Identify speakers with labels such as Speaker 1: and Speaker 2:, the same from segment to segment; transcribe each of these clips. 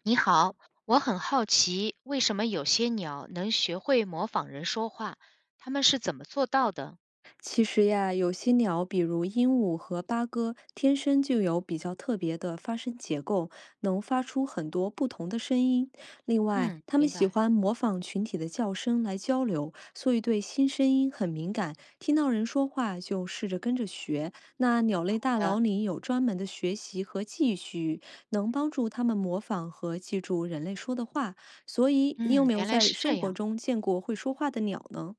Speaker 1: 你好，我很好奇，为什么有些鸟能学会模仿人说话？它们是怎么做到的？
Speaker 2: 其实呀，有些鸟，比如鹦鹉和八哥，天生就有比较特别的发声结构，能发出很多不同的声音。另外，
Speaker 1: 嗯，
Speaker 2: 它们
Speaker 1: 明
Speaker 2: 喜
Speaker 1: 白
Speaker 2: 欢模仿群体的叫声来交流，所以对新声音很敏感，听到人说话就试着跟着学。那鸟类大
Speaker 1: 的。
Speaker 2: 脑里有专门的学习和记忆区域，能帮助它们模仿和记住人类说的话。所以，你有
Speaker 1: 嗯，
Speaker 2: 没有
Speaker 1: 原来
Speaker 2: 在
Speaker 1: 是这
Speaker 2: 生活
Speaker 1: 样。
Speaker 2: 中见过会说话的鸟呢？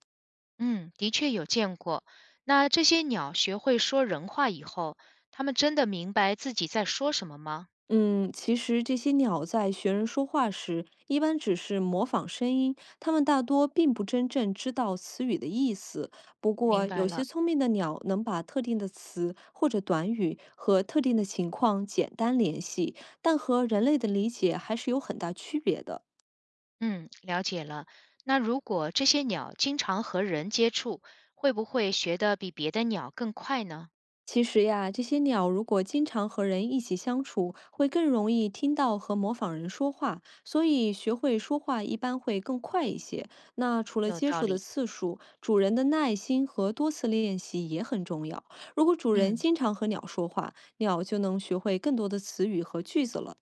Speaker 1: 嗯，的确有见过。那这些鸟学会说人话以后，它们真的明白自己在说什么吗？
Speaker 2: 嗯，其实这些鸟在学人说话时，一般只是模仿声音，它们大多并不真正知道词语的意思。不
Speaker 1: 明
Speaker 2: 过，
Speaker 1: 白
Speaker 2: 有些
Speaker 1: 了。
Speaker 2: 聪明的鸟能把特定的词或者短语和特定的情况简单联系，但和人类的理解还是有很大区别的。
Speaker 1: 嗯，了解了。那如果这些鸟经常和人接触，会不会学得比别的鸟更快呢？
Speaker 2: 其实呀，这些鸟如果经常和人一起相处，会更容易听到和模仿人说话，所以学会说话一般会更快一些。那除了
Speaker 1: 有
Speaker 2: 接
Speaker 1: 道
Speaker 2: 触的
Speaker 1: 理。
Speaker 2: 次数，主人的耐心和多次练习也很重要。如果主人
Speaker 1: 嗯。
Speaker 2: 经常和鸟说话，鸟就能学会更多的词语和句子了。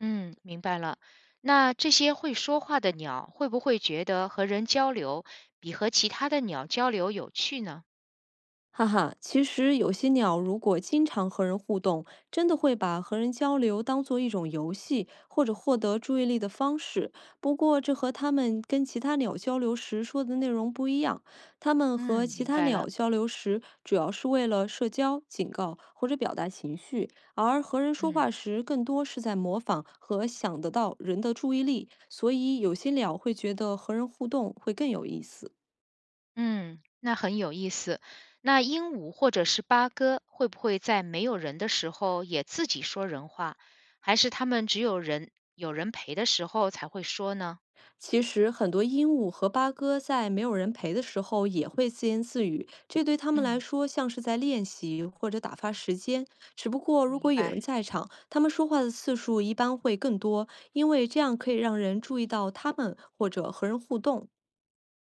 Speaker 1: 嗯，明白了。那这些会说话的鸟会不会觉得和人交流比和其他的鸟交流有趣呢？
Speaker 2: 哈哈，其实有些鸟如果经常和人互动，真的会把和人交流当做一种游戏或者获得注意力的方式。不过，这和它们跟其他鸟交流时说的内容不一样。它们和
Speaker 1: 嗯，
Speaker 2: 其
Speaker 1: 明
Speaker 2: 他
Speaker 1: 白了。
Speaker 2: 鸟交流时，主要是为了社交、警告或者表达情绪，而和人说
Speaker 1: 嗯
Speaker 2: 话时，更多是在模仿和想得到人的注意力。所以，有些鸟会觉得和人互动会更有意思。
Speaker 1: 嗯，那很有意思。那鹦鹉或者是八哥会不会在没有人的时候也自己说人话，还是它们只有人有人陪的时候才会说呢？
Speaker 2: 其实很多鹦鹉和八哥在没有人陪的时候也会自言自语，这对它们来
Speaker 1: 嗯，
Speaker 2: 说像是在练习或者打发时间。只不过如
Speaker 1: 明
Speaker 2: 果有
Speaker 1: 白。
Speaker 2: 人在场，它们说话的次数一般会更多，因为这样可以让人注意到它们或者和人互动。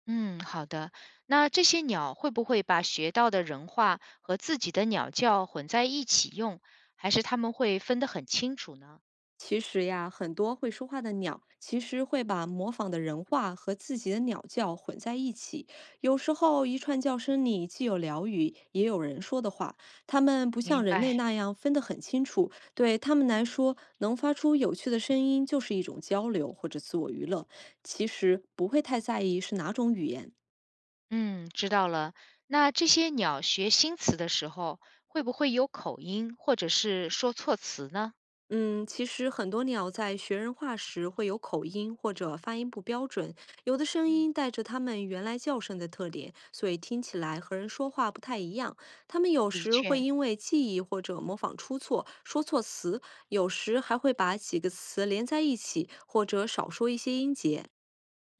Speaker 1: 嗯，好的。那这些鸟会不会把学到的人话和自己的鸟叫混在一起用，还是它们会分得很清楚呢？
Speaker 2: 其实呀，很多会说话的鸟，其实会把模仿的人话和自己的鸟叫混在一起。有时候，一串叫声里既有鸟语，也有人说的话。它们不
Speaker 1: 明
Speaker 2: 像人类
Speaker 1: 白。
Speaker 2: 那样分得很清楚，对它们来说，能发出有趣的声音就是一种交流或者自我娱乐。其实不会太在意是哪种语言，
Speaker 1: 嗯，知道了。那这些鸟学新词的时候，会不会有口音或者是说错词呢？
Speaker 2: 嗯，其实很多鸟在学人话时会有口音或者发音不标准，有的声
Speaker 1: 嗯，
Speaker 2: 音带着它们原来叫声的特点，所以听起来和人说话不太一样。它们有
Speaker 1: 的
Speaker 2: 时会
Speaker 1: 确，
Speaker 2: 因为记忆或者模仿出错，说错词，有时还会把几个词连在一起，或者少说一些音节。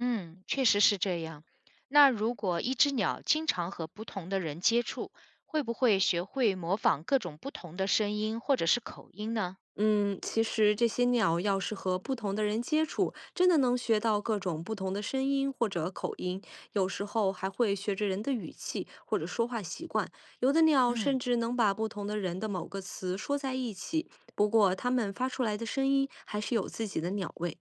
Speaker 1: 嗯，确实是这样。那如果一只鸟经常和不同的人接触，会不会学会模仿各种不同的声音或者是口音呢？
Speaker 2: 嗯，其实这些鸟要是和不同的人接触，真的能学到各种不同的声音或者口音，有时候还会学着人的语气或者说话习惯。有的鸟甚
Speaker 1: 嗯。
Speaker 2: 至能把不同的人的某个词说在一起，不过它们发出来的声音还是有自己的鸟味。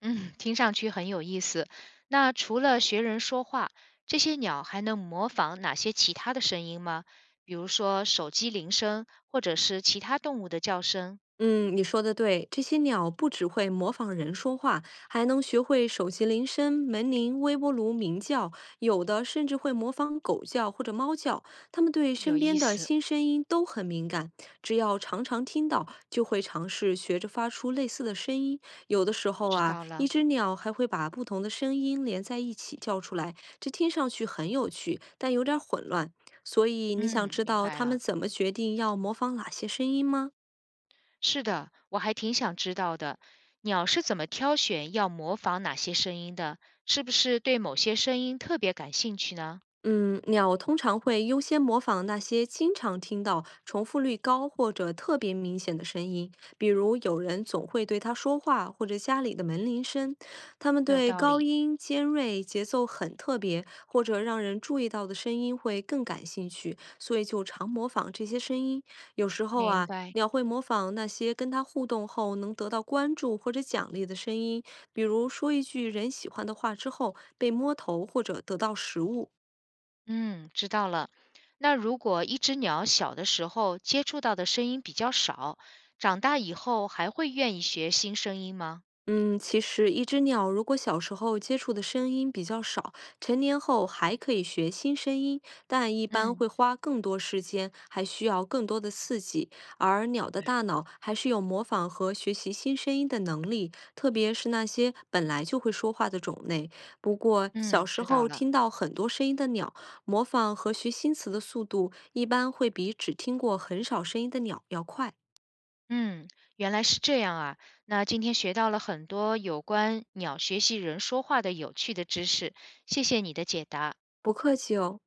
Speaker 1: 嗯，听上去很有意思。那除了学人说话，这些鸟还能模仿哪些其他的声音吗？比如说手机铃声，或者是其他动物的叫声？
Speaker 2: 嗯，你说的对，这些鸟不只会模仿人说话，还能学会手机铃声、门铃、微波炉鸣叫，有的甚至会模仿狗叫或者猫叫。它们对
Speaker 1: 有
Speaker 2: 身
Speaker 1: 意
Speaker 2: 边的
Speaker 1: 思，
Speaker 2: 新声音都很敏感，只要常常听到，就会尝试学着发出类似的声音。有的时候
Speaker 1: 知
Speaker 2: 啊，
Speaker 1: 道
Speaker 2: 一
Speaker 1: 了。
Speaker 2: 只鸟还会把不同的声音连在一起叫出来，这听上去很有趣，但有点混乱。所以你想
Speaker 1: 嗯，
Speaker 2: 知
Speaker 1: 明
Speaker 2: 道
Speaker 1: 白
Speaker 2: 它们
Speaker 1: 了。
Speaker 2: 怎么决定要模仿哪些声音吗？
Speaker 1: 是的，我还挺想知道的。鸟是怎么挑选要模仿哪些声音的？是不是对某些声音特别感兴趣呢？
Speaker 2: 嗯，鸟通常会优先模仿那些经常听到、重复率高或者特别明显的声音，比如有人总会对它说话，或者家里的门铃声。它们
Speaker 1: 有
Speaker 2: 对
Speaker 1: 道
Speaker 2: 高
Speaker 1: 理，
Speaker 2: 音尖锐、节奏很特别或者让人注意到的声音会更感兴趣，所以就常模仿这些声音。有时候
Speaker 1: 明
Speaker 2: 啊，
Speaker 1: 白。
Speaker 2: 鸟会模仿那些跟它互动后能得到关注或者奖励的声音，比如说一句人喜欢的话之后被摸头或者得到食物。
Speaker 1: 嗯，知道了。那如果一只鸟小的时候接触到的声音比较少，长大以后还会愿意学新声音吗？
Speaker 2: 嗯，其实一只鸟如果小时候接触的声音比较少，成年后还可以学新声音，但一般
Speaker 1: 嗯，
Speaker 2: 会花更多时间，还需要更多的刺激。而鸟
Speaker 1: 明
Speaker 2: 的
Speaker 1: 白。
Speaker 2: 大脑还是有模仿和学习新声音的能力，特别是那些本来就会说话的种类。不过，小
Speaker 1: 嗯，
Speaker 2: 时
Speaker 1: 知道
Speaker 2: 候
Speaker 1: 了。
Speaker 2: 听到很多声音的鸟，模仿和学新词的速度一般会比只听过很少声音的鸟要快。
Speaker 1: 嗯，原来是这样啊。那今天学到了很多有关鸟学习人说话的有趣的知识，谢谢你的解答。
Speaker 2: 不客气哦。